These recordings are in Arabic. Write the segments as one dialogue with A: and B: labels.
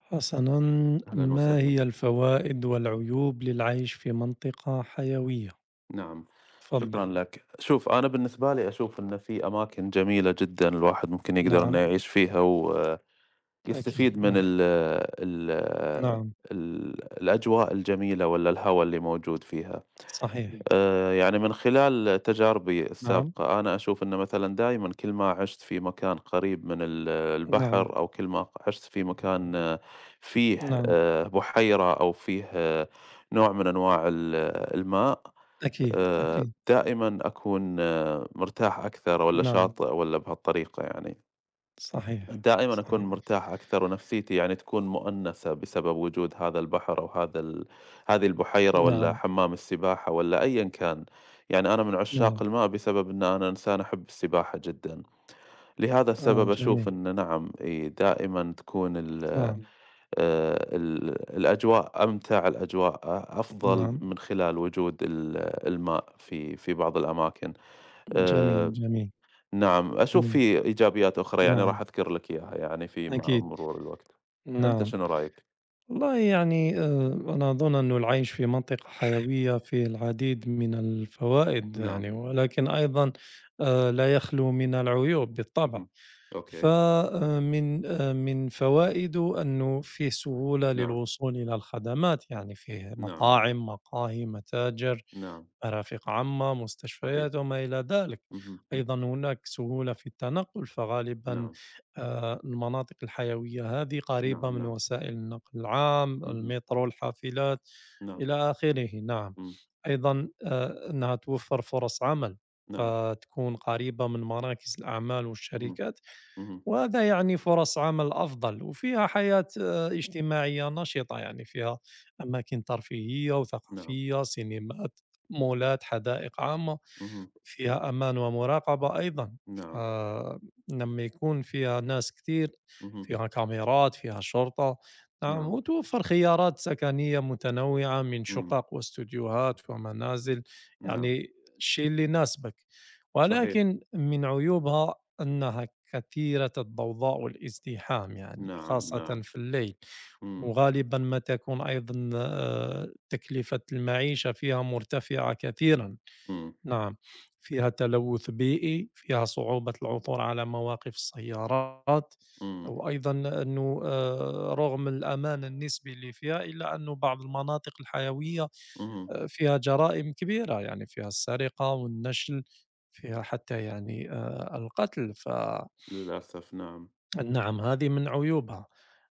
A: حسنًا،
B: أهلًا
A: ما
B: وسهلًا،
A: هي الفوائد والعيوب للعيش في منطقة حيوية؟
B: نعم،
A: تفضل.
B: شكرًا لك. شوف، أنا بالنسبة لي أشوف إن في أماكن جميلة جدًا الواحد ممكن يقدر إنه
A: نعم،
B: يعيش فيها
A: أكيد،
B: ويستفيد من
A: نعم،
B: ال ال
A: نعم،
B: ال الأجواء الجميلة والّا الهوا اللي موجود فيها.
A: صحيح،
B: يعني من خلال تجاربي
A: نعم،
B: السابقة، أنا أشوف إنه مثلًا دايمًا كل ما عِشت في مكان قريب من
A: نعم،
B: البحر أو كل ما عِشت في مكان فيه
A: نعم،
B: بحيرة أو فيه نوع من أنواع الماء،
A: أكيد، أكيد،
B: دائمًا أكون مرتاح أكثر والّا
A: نعم،
B: شاطئ والّا بهالطريقة يعني.
A: صحيح،
B: دائمًا أكون
A: صحيح،
B: مرتاح أكثر ونفسيتي يعني تكون مؤنسة بسبب وجود هذا البحر أو هذا هذه البحيرة والّا
A: نعم،
B: حمام السباحة والّا أيًا كان. يعني أنا من عشاق
A: نعم،
B: الماء بسبب إن أنا إنسان أحب السباحة جدًا. لهذا
A: آه،
B: السبب أشوف
A: جميل،
B: إن نعم، دائمًا تكون ال آه،
A: نعم،
B: ال الأجواء أمتع، الأجواء أفضل
A: نعم،
B: من خلال وجود الماء في بعض الأماكن.
A: جميل،
B: آآ
A: جميل،
B: نعم، أشوف
A: جميل،
B: في إيجابيات أخرى يعني
A: نعم،
B: راح أذكر لك إياها يعني في مع
A: أكيد،
B: مرور الوقت. أنت
A: نعم.
B: شنو رأيك؟
A: والله يعني أنا أظن أنه العيش في منطقة حيوية فيه العديد من الفوائد
B: نعم،
A: يعني، ولكن أيضًا لا يخلو من العيوب بالطبع.
B: اهم، أوكي،
A: فمن من فوائده أنه فيه سهولة
B: نعم،
A: للوصول إلى الخدمات، يعني فيه
B: نعم،
A: مطاعم، مقاهي، متاجر.
B: نعم،
A: مرافق عامة،
B: صحيح،
A: مستشفيات وما إلى ذلك.
B: اهم،
A: أيضًا هناك سهولة في التنقل، فغالبًا
B: نعم،
A: المناطق الحيوية هذه قريبة
B: نعم،
A: من
B: نعم،
A: وسائل النقل العام،
B: اهم،
A: المترو، الحافلات
B: نعم،
A: إلى آخره، نعم.
B: إمم،
A: أيضًا أنها توفر فرص عمل،
B: نعم،
A: فتكون قريبة من مراكز الأعمال
B: اهم،
A: والشركات،
B: اهم،
A: وهذا يعني فرص عمل أفضل، وفيها حياة اجتماعية نشطة، يعني فيها أماكن ترفيهية
B: نعم،
A: وثقافية، سينمات. مولات، حدائق عامة،
B: اهم،
A: فيها أمان ومراقبة أيضًا،
B: نعم،
A: لمّا يكون فيها ناس كتير،
B: اهم،
A: فيها كاميرات، فيها شرطة، نعم،
B: نعم،
A: وتوفر خيارات سكنية متنوعة من
B: إمم،
A: شقق واستوديوهات ومنازل،
B: نعم،
A: يعني الشيء اللي يناسبك،
B: صحيح،
A: ولكن من عيوبها أنها كثيرة الضوضاء والازدحام يعني
B: نعم،
A: خاصة
B: نعم.
A: في الليل.
B: إمم،
A: وغالبا ما تكون أيضًا تكلفة المعيشة فيها مرتفعة كثيرًا،
B: إمم،
A: نعم، فيها تلوث بيئي، فيها صعوبة العثور على مواقف السيارات،
B: إمم،
A: وأيضًا أنه رغم الأمان النسبي اللي فيها إلا أنه بعض المناطق الحيوية
B: اهم،
A: فيها جرائم كبيرة، يعني فيها السرقة والنَشْل، فيها حتى يعني القتل، فنعم
B: للأسف نعم،
A: هذه من عيوبها.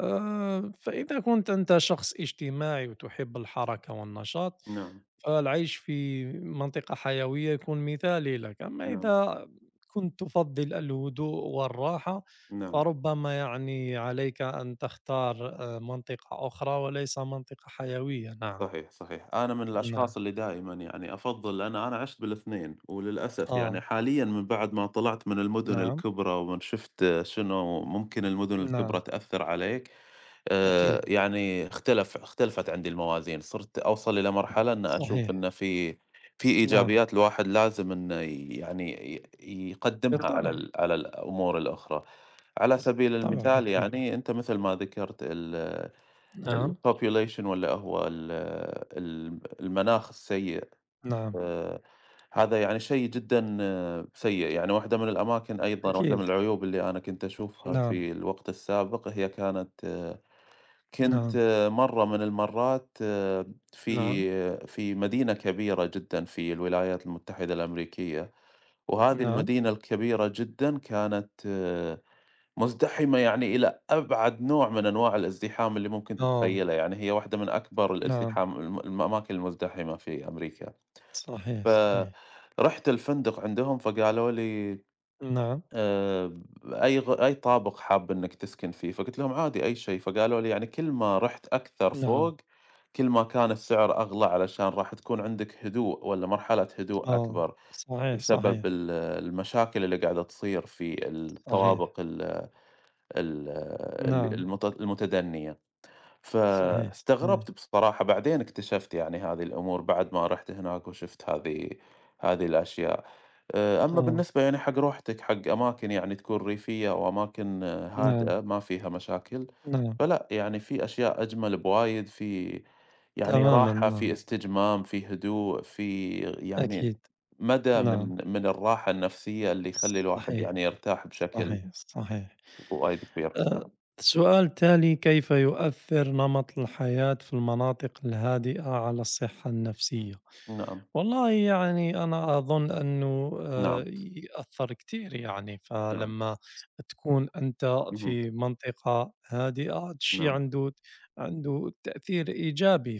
A: فإذا كنت أنت شخص اجتماعي وتحب الحركة والنشاط،
B: نعم،
A: فالعيش في منطقة حيوية يكون مثالي لك، أما
B: نعم،
A: إذا كنت تفضّل الهدوء والراحة،
B: نعم،
A: فربما يعني عليك أن تختار منطقة أخرى وليس منطقة حيوية، نعم،
B: صحيح، صحيح. أنا من
A: نعم،
B: الأشخاص اللي دائمًا يعني أفضّل لأن أنا عِشت بال2 وللأسف يعني
A: آه،
B: حاليًا من بعد ما طلعت من المدن
A: نعم،
B: الكبرى ومن شُفت شنو ممكن المدن
A: نعم،
B: الكبرى تأثّر عليك،
A: أكيد،
B: يعني اختلفت عندي الموازين، صرت أوصل إلى مرحلة إن أشوف
A: صحيح،
B: إن في
A: نعم،
B: إيجابيات الواحد لازم إنه يعني يقدّمها على
A: بالطبع،
B: ال على الأمور الأخرى. على سبيل
A: بالطبع،
B: المثال
A: بالطبع،
B: يعني أنت مثل ما ذكرت
A: نعم،
B: الpopulation والّا هو ال الم المناخ السيء
A: نعم،
B: آآ، هذا يعني شيء جدًا سيء، يعني واحدة من الأماكن أيضًا واحدة
A: أكيد،
B: من العيوب اللي أنا كنت أشوفها
A: نعم،
B: في الوقت السابق هي كانت آه، كنت
A: نعم،
B: مرة من المرات
A: نعم،
B: في مدينة كبيرة جدًا في الولايات المتحدة الأمريكية، وهذه
A: نعم.
B: المدينة الكبيرة جدًا كانت مزدحمة يعني إلى أبعد نوع من أنواع الازدحام اللي ممكن
A: آه،
B: تتخيله، يعني هي واحدة من أكبر
A: نعم،
B: الازدحام الم الأماكن المزدحمة في أمريكا،
A: صحيح، صحيح،
B: فرُحت الفندق عندهم فقالوا لي
A: نعم،
B: آآ أي طابق حاب إنك تسكن فيه؟ فقُلت لهم عادي أي شيء، فقالوا لي يعني كل ما رُحت أكثر
A: نعم،
B: فوق كل ما كان السعر أغلى علشان راح تكون عندك هدوء والّا مرحلة هدوء
A: آه،
B: أكبر
A: صحيح،
B: بسبب
A: صحيح،
B: المشاكل اللي قاعدة تصير في
A: صحيح،
B: الطوابق ال ال ال
A: نعم،
B: المت المتدنية،
A: صحيح، صحيح،
B: فاستغربت بصراحة بعدين اكتشفت يعني هذه الأمور بعد ما رُحت هناك وشُفت هذه الأشياء، أمّا
A: آه،
B: بالنسبة يعني حق روحتك حق أماكن يعني تكون ريفية أو أماكن
A: نعم،
B: هادئة ما فيها مشاكل،
A: نعم،
B: فلأ يعني في أشياء أجمل بوايد، في يعني
A: تمامًا،
B: راحة، في
A: نعم،
B: استجمام، في هدوء، في يعني
A: أكيد،
B: مدى
A: نعم،
B: من الراحة النفسية اللي يخلّي الواحد
A: صحيح،
B: يعني يرتاح بشكل
A: صحيح، صحيح.
B: وايد كبير
A: آآ
B: هناك.
A: السؤال التالي: كيف يؤثّر نمط الحياة في المناطق الهادئة على الصحة النفسية؟
B: نعم،
A: والله يعني أنا أظن أنه
B: نعم،
A: يأثّر كتير يعني،
B: نعم،
A: فلمّا تكون أنت
B: اهم،
A: في منطقة هادئة هاد الشي
B: نعم،
A: عنده تأثير إيجابي،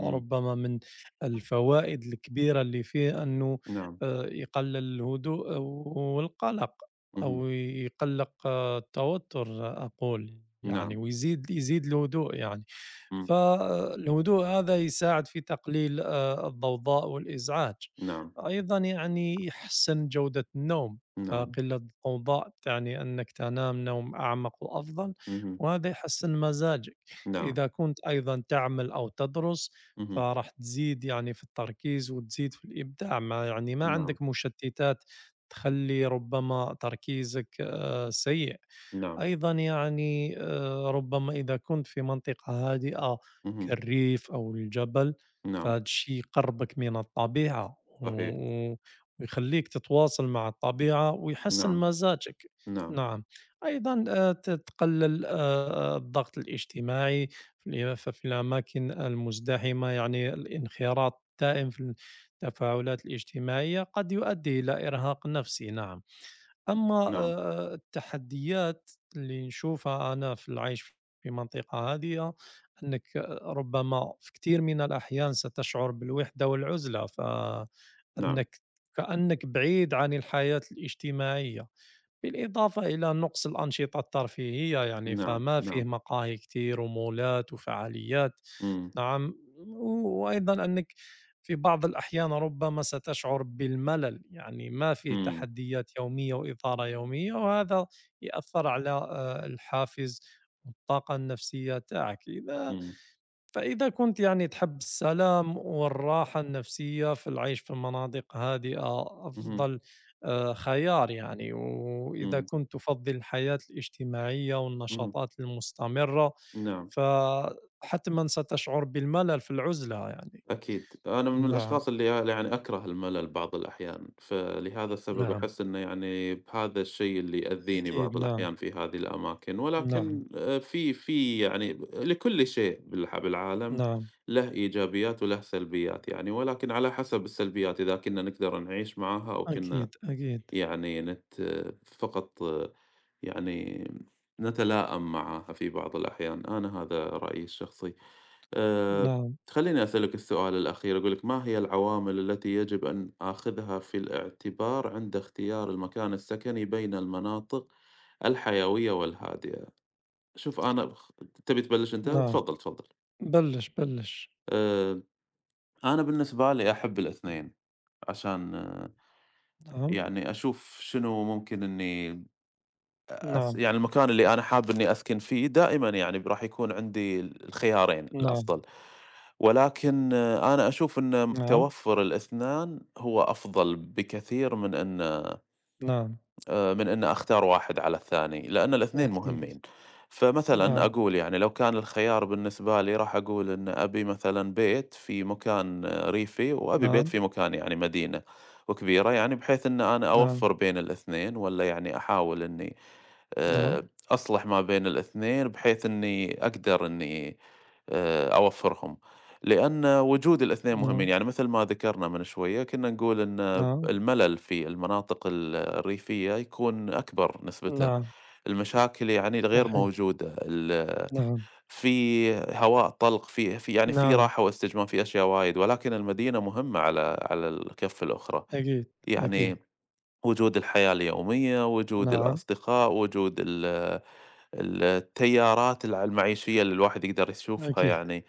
B: إمم،
A: من الفوائد الكبيرة اللي فيه أنه
B: نعم،
A: يقلل الهدوء والقلق
B: اهم،
A: أو يقلّق التوتر أقول يعني
B: نعم،
A: ويزيد الهدوء يعني
B: إمم،
A: فالهدوء هذا يساعد في تقليل الضوضاء والإزعاج
B: نعم،
A: أيضا يعني يحسن جودة النوم
B: نعم،
A: فقلة الضوضاء تعني أنك تنام نوم أعمق وأفضل
B: اهم،
A: وهذا يحسن مزاجك
B: نعم،
A: إذا كنت أيضا تعمل أو تدرس
B: اهم،
A: فراح تزيد يعني في التركيز وتزيد في الإبداع ما يعني ما
B: نعم،
A: عندك مشتتات تخلي ربما تركيزك سيء
B: نعم،
A: أيضًا يعني ربما إذا كنت في منطقة هادئة
B: اهم،
A: كالريف أو الجبل،
B: نعم،
A: فهاد الشي يقرّبك من الطبيعة و
B: صحيح،
A: و ويخلّيك تتواصل مع الطبيعة ويحسّن
B: نعم،
A: مزاجك.
B: نعم،
A: نعم، أيضًا ت تقلّل الضغط الاجتماعي في ال ففي الأماكن المزدحمة يعني الانخراط الدائم في التفاعلات الاجتماعية قد يؤدي إلى إرهاق نفسي، نعم. أمّا
B: نعم،
A: التحديات اللي نشوفها أنا في العيش في منطقة هادية، أنك ربما في كثير من الأحيان ستشعر بالوحدة والعزلة،
B: نعم،
A: فأنك كأنك بعيد عن الحياة الاجتماعية. بالإضافة إلى نقص الأنشطة الترفيهية يعني
B: نعم،
A: فما فيه
B: نعم،
A: مقاهي كتير ومولات وفعاليات
B: إمم،
A: نعم وأيضا أنك في بعض الأحيان ربما ستشعر بالملل يعني ما فيه
B: إمم،
A: تحديات يومية وإثارة يومية وهذا يأثر على الحافز والطاقة النفسية تاعك إذا
B: إمم،
A: فإذا كنت يعني تحب السلام والراحة النفسية فالعيش في مناطق هادئة
B: اهم،
A: أفضل خيار يعني وإذا
B: إمم،
A: كنت تفضل الحياة الاجتماعية
B: اهم،
A: والنشاطات المستمرة
B: نعم.
A: فحتما ستشعر بالملل في العزلة يعني،
B: أكيد، أنا من
A: نعم،
B: الأشخاص اللي يعني أكره الملل بعض الأحيان، فلهذا السبب
A: نعم،
B: أحس إنه يعني بهذا الشيء اللي يأذيني
A: أكيد،
B: بعض
A: نعم،
B: الأحيان في هذه الأماكن،
A: نعم،
B: ولكن في في يعني لكل شيء بالعالم
A: نعم،
B: له إيجابيات وله سلبيات يعني، ولكن على حسب السلبيات إذا كنا نقدر نعيش معاها أو كنا
A: أكيد، أكيد،
B: يعني فقط يعني نتلائم معها في بعض الأحيان، أنا هذا رأيي الشخصي. آآ،
A: نعم،
B: خلّيني أسألك السؤال الأخير، أقول لك ما هي العوامل التي يجب أن آخذها في الاعتبار عند اختيار المكان السكني بين المناطق الحيوية والهادئة؟ شوف أنا تبي تبلش أنت؟
A: نعم،
B: تفضل، تفضل.
A: بلش بلش،
B: آآ، أنا بالنسبة لي أحب الاثنين، عشان
A: نعم،
B: يعني أشوف شنو ممكن إني
A: نعم،
B: يعني المكان اللي أنا حابب إني أسكن فيه دائمًا يعني راح يكون عندي الخيارين
A: نعم،
B: الأفضل، ولكن أنا أشوف إن
A: نعم،
B: توفر الإثنان هو أفضل بكثير من إن
A: نعم،
B: أختار واحد على الثاني، لأن الإثنين
A: أكيد،
B: مهمين. فمثلًا
A: نعم،
B: أقول يعني لو كان الخيار بالنسبة لي راح أقول إن أبي مثلًا بيت في مكان ريفي، وأبي بيت
A: نعم،
B: في مكان يعني مدينة وكبيرة، يعني بحيث إن أنا
A: نعم،
B: أوفّر بين الإثنين والّا يعني أحاول إني
A: نعم،
B: آآ أصلح ما بين الإثنين بحيث إني أقدر إني أوفّرهم، لأن وجود الإثنين
A: نعم،
B: مهمين، يعني مثل ما ذكرنا من شوية كنا نقول إن
A: نعم،
B: الملل في المناطق الريفية يكون أكبر
A: إمم.
B: نسبته،
A: نعم،
B: المشاكل يعني الغير
A: صحيح،
B: موجودة،
A: نعم،
B: في هواء طلق، في في يعني في
A: نعم،
B: راحة واستجمام، في أشياء وايد، ولكن المدينة مهمة على الكَفّ الأخرى،
A: أكيد، أكيد،
B: يعني وجود الحياة اليومية، وجود
A: نعم،
B: الأصدقاء، وجود ال ال التيارات المعيشية اللي الواحد يقدر يشوفها
A: أكيد،
B: يعني،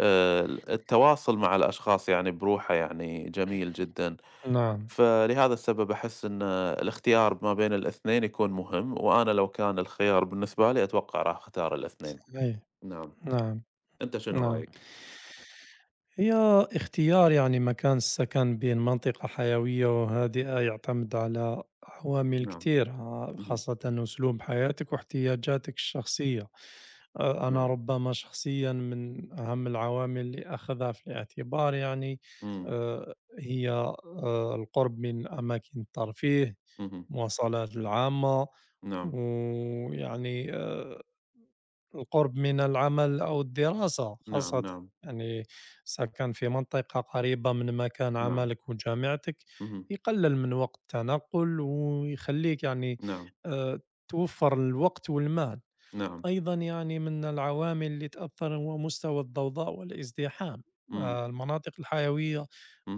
B: ال التواصل مع الأشخاص يعني بروحه يعني جميل جدًا،
A: نعم،
B: فلهذا السبب أحس إن الاختيار ما بين الاثنين يكون مهم، وأنا لو كان الخيار بالنسبة لي أتوقع راح أختار الاثنين.
A: صحيح،
B: نعم،
A: نعم،
B: أنت شنو
A: نعم.
B: رأيك؟
A: هي اختيار يعني مكان السكن بين منطقة حيوية وهادئة يعتمد على عوامل
B: نعم،
A: كتير
B: اهم،
A: خاصة أسلوب حياتك واحتياجاتك الشخصية أنا
B: نعم،
A: ربما شخصيا من أهم العوامل اللي أخذها في الاعتبار يعني
B: إمم،
A: هي القرب من أماكن الترفيه
B: اهم،
A: المواصلات العامة
B: نعم،
A: ويعني القرب من العمل أو الدراسة
B: نعم،
A: خاصة،
B: نعم،
A: يعني سكن في منطقة قريبة من مكان
B: نعم،
A: عملك وجامعتك
B: اهم،
A: يقلل من وقت التنقل ويخليك يعني
B: نعم،
A: آآ توفّر الوقت والمال.
B: نعم،
A: أيضًا يعني من العوامل اللي تأثّر هو مستوى الضوضاء والازدحام،
B: إمم،
A: المناطق الحيوية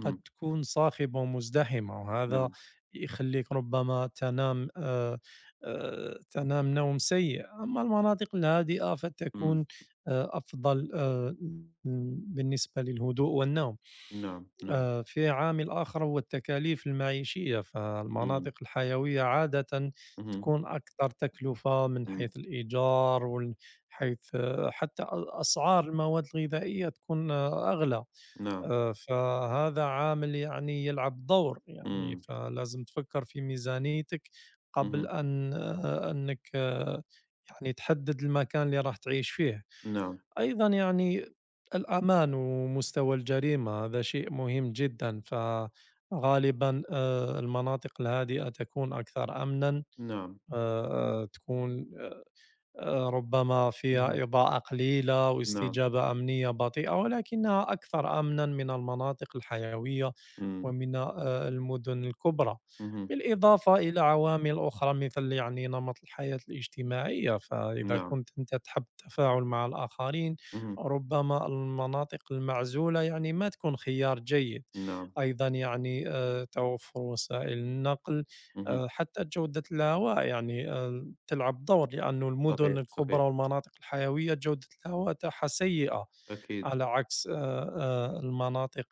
A: قد تكون صاخبة ومزدحمة، وهذا
B: نعم،
A: يخلّيك ربما تنام نوم سيء، أما المناطق الهادئة
B: إمم،
A: فتكون أفضل بالنسبة للهدوء والنوم.
B: نعم، نعم،
A: في عامل آخر هو التكاليف المعيشية فالمناطق
B: إمم،
A: الحيوية عادة
B: اهم،
A: تكون أكثر تكلفة من
B: إمم،
A: حيث الإيجار ومن حيث حتى أسعار المواد الغذائية تكون أغلى
B: نعم.
A: فهذا عامل يعني يلعب دور يعني
B: إمم،
A: فلازم تفكر في ميزانيتك قبل
B: اهم،
A: أن أنك يعني تحدد المكان اللي راح تعيش فيه
B: نعم،
A: أيضًا يعني الأمان ومستوى الجريمة هذا شيء مهم جدًا، فغالبًا المناطق الهادئة تكون أكثر أمنًا،
B: نعم،
A: تكون ربما
B: اهم،
A: فيها إضاءة قليلة
B: نعم،
A: واستجابة أمنية بطيئة، ولكنها أكثر أمنًا من المناطق الحيوية
B: إمم،
A: ومن المدن الكبرى،
B: اهم،
A: بالإضافة إلى عوامل أخرى مثل يعني نمط الحياة الاجتماعية، فإذا
B: نعم،
A: كنت أنت تحب التفاعل مع الآخرين،
B: اهم،
A: ربما المناطق المعزولة يعني ما تكون خيار جيد،
B: نعم،
A: أيضًا يعني توفر وسائل النقل،
B: اهم،
A: حتى جودة الهواء يعني تلعب دور لأنه المدن
B: صحيح،
A: الكبرى
B: صحيح،
A: والمناطق الحيوية جودة الهواء تاعها سيئة
B: أكيد،
A: على عكس المناطق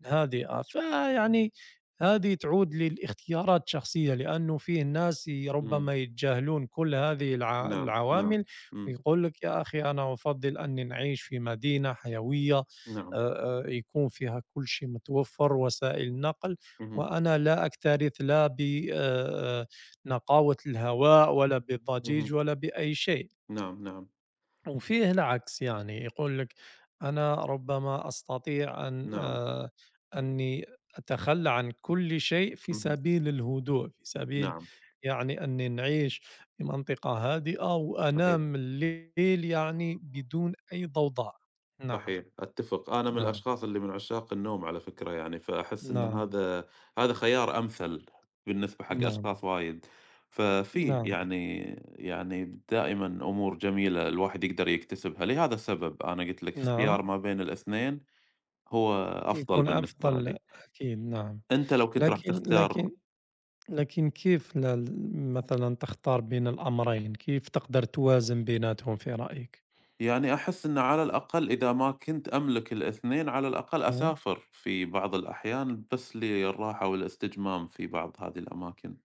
A: الهادئة فيعني هذه تعود للاختيارات الشخصية لأنه فيه ناس
B: إمم،
A: ربما يتجاهلون كل هذه
B: نعم، نعم،
A: العوامل
B: إمم،
A: ويقول لك يا أخي أنا أفضل أني نعيش في مدينة حيوية
B: نعم،
A: يكون فيها كل شيء متوفر وسائل النقل
B: اهم،
A: وأنا لا أكترث لا ب آه، آه، نقاوة الهواء ولا بالضجيج
B: اهم،
A: ولا بأي شيء
B: نعم، نعم،
A: وفيه العكس يعني يقول لك أنا ربما أستطيع أن
B: نعم،
A: أني أتخلى عن كل شيء في
B: اهم،
A: سبيل الهدوء في سبيل
B: نعم،
A: يعني أني نعيش في منطقة هادئة
B: صحيح.
A: وأنام الليل يعني بدون أي ضوضاء، نعم،
B: صحيح، أتّفق. أنا من
A: نعم،
B: الأشخاص اللي من عشاق النوم على فكرة يعني، فأحس إن
A: نعم،
B: هذا خيار أمثل بالنسبة حق
A: نعم،
B: أشخاص وايد. ففي
A: نعم،
B: يعني دائمًا أمور جميلة الواحد يقدر يكتسبها، لهذا السبب أنا قُلت لك
A: نعم،
B: اختيار ما بين الاثنين هو أفضل
A: يكون
B: بالنسبة
A: أفضل
B: لي.
A: أكيد نعم
B: أنت لو كنت راح
A: لكن
B: تختار
A: لكن لكن كيف مثلا تختار بين الأمرين؟ كيف تقدر توازن بيناتهم في رأيك؟
B: يعني أحس إنه على الأقل إذا ما كنت أملك الاثنين، على الأقل
A: نعم
B: أسافر في بعض الأحيان بس للراحة والاستجمام في بعض هذه الأماكن.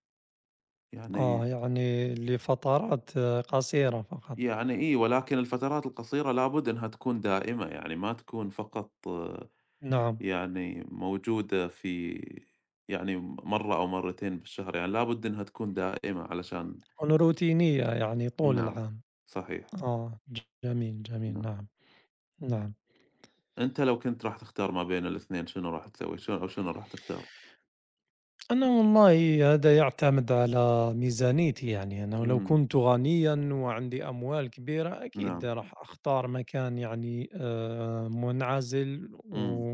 B: يعني
A: يعني لفترات قصيرة فقط
B: يعني إيه، ولكن الفترات القصيرة لابد أنها تكون دائمة، يعني ما تكون فقط
A: مهم. نعم
B: يعني موجودة في يعني مرة أو مرتين بالشهر، يعني لابد أنها تكون دائمة علشان
A: روتينية يعني طول
B: نعم،
A: العام
B: صحيح،
A: جميل جميل
B: نعم.
A: نعم نعم
B: أنت لو كنت راح تختار ما بين الاثنين شنو راح تسوي؟ شنو أو شنو راح تختار؟
A: أنا والله هذا يعتمد على ميزانيتي يعني أنا لو
B: اهم،
A: كنت غنيًا وعندي أموال كبيرة أكيد
B: نعم،
A: راح أختار مكان يعني منعزل
B: إمم،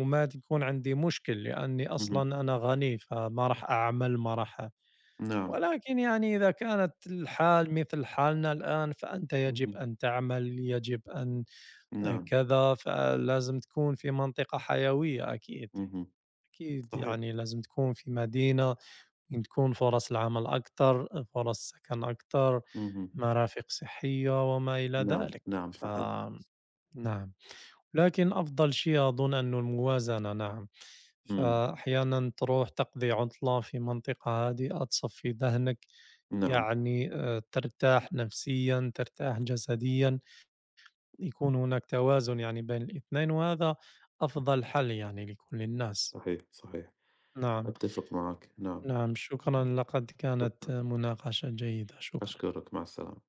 A: وما تكون عندي مشكل، لأني
B: اهم،
A: أصلًا أنا غني فما راح أعمل ما راح
B: نعم،
A: ولكن يعني إذا كانت الحال مثل حالنا الآن فأنت يجب
B: اهم،
A: أن تعمل، يجب أن
B: نعم،
A: كذا، فلازم تكون في منطقة حيوية أكيد،
B: اهم،
A: أكيد
B: صحيح،
A: يعني لازم تكون في مدينة تكون فرص العمل أكتر، فرص سكن أكتر،
B: اهم،
A: مرافق صحية وما إلى
B: نعم،
A: ذلك،
B: نعم، صحيح،
A: فنعم، لكن أفضل شيء أظن أنه الموازنة نعم،
B: إمم،
A: فأحيانًا تروح تقضي عطلة في منطقة هادئة تصفي ذهنك،
B: نعم،
A: يعني ترتاح نفسيًا، ترتاح جسديًا، يكون هناك توازن يعني بين الاثنين، وهذا أفضل حل يعني لكل الناس.
B: صحيح، صحيح،
A: نعم،
B: أتفق معاك، نعم.
A: نعم، شكرًا، لقد كانت
B: شكرًا،
A: مناقشة جيدة، شكرًا.
B: أشكرك، مع السلامة.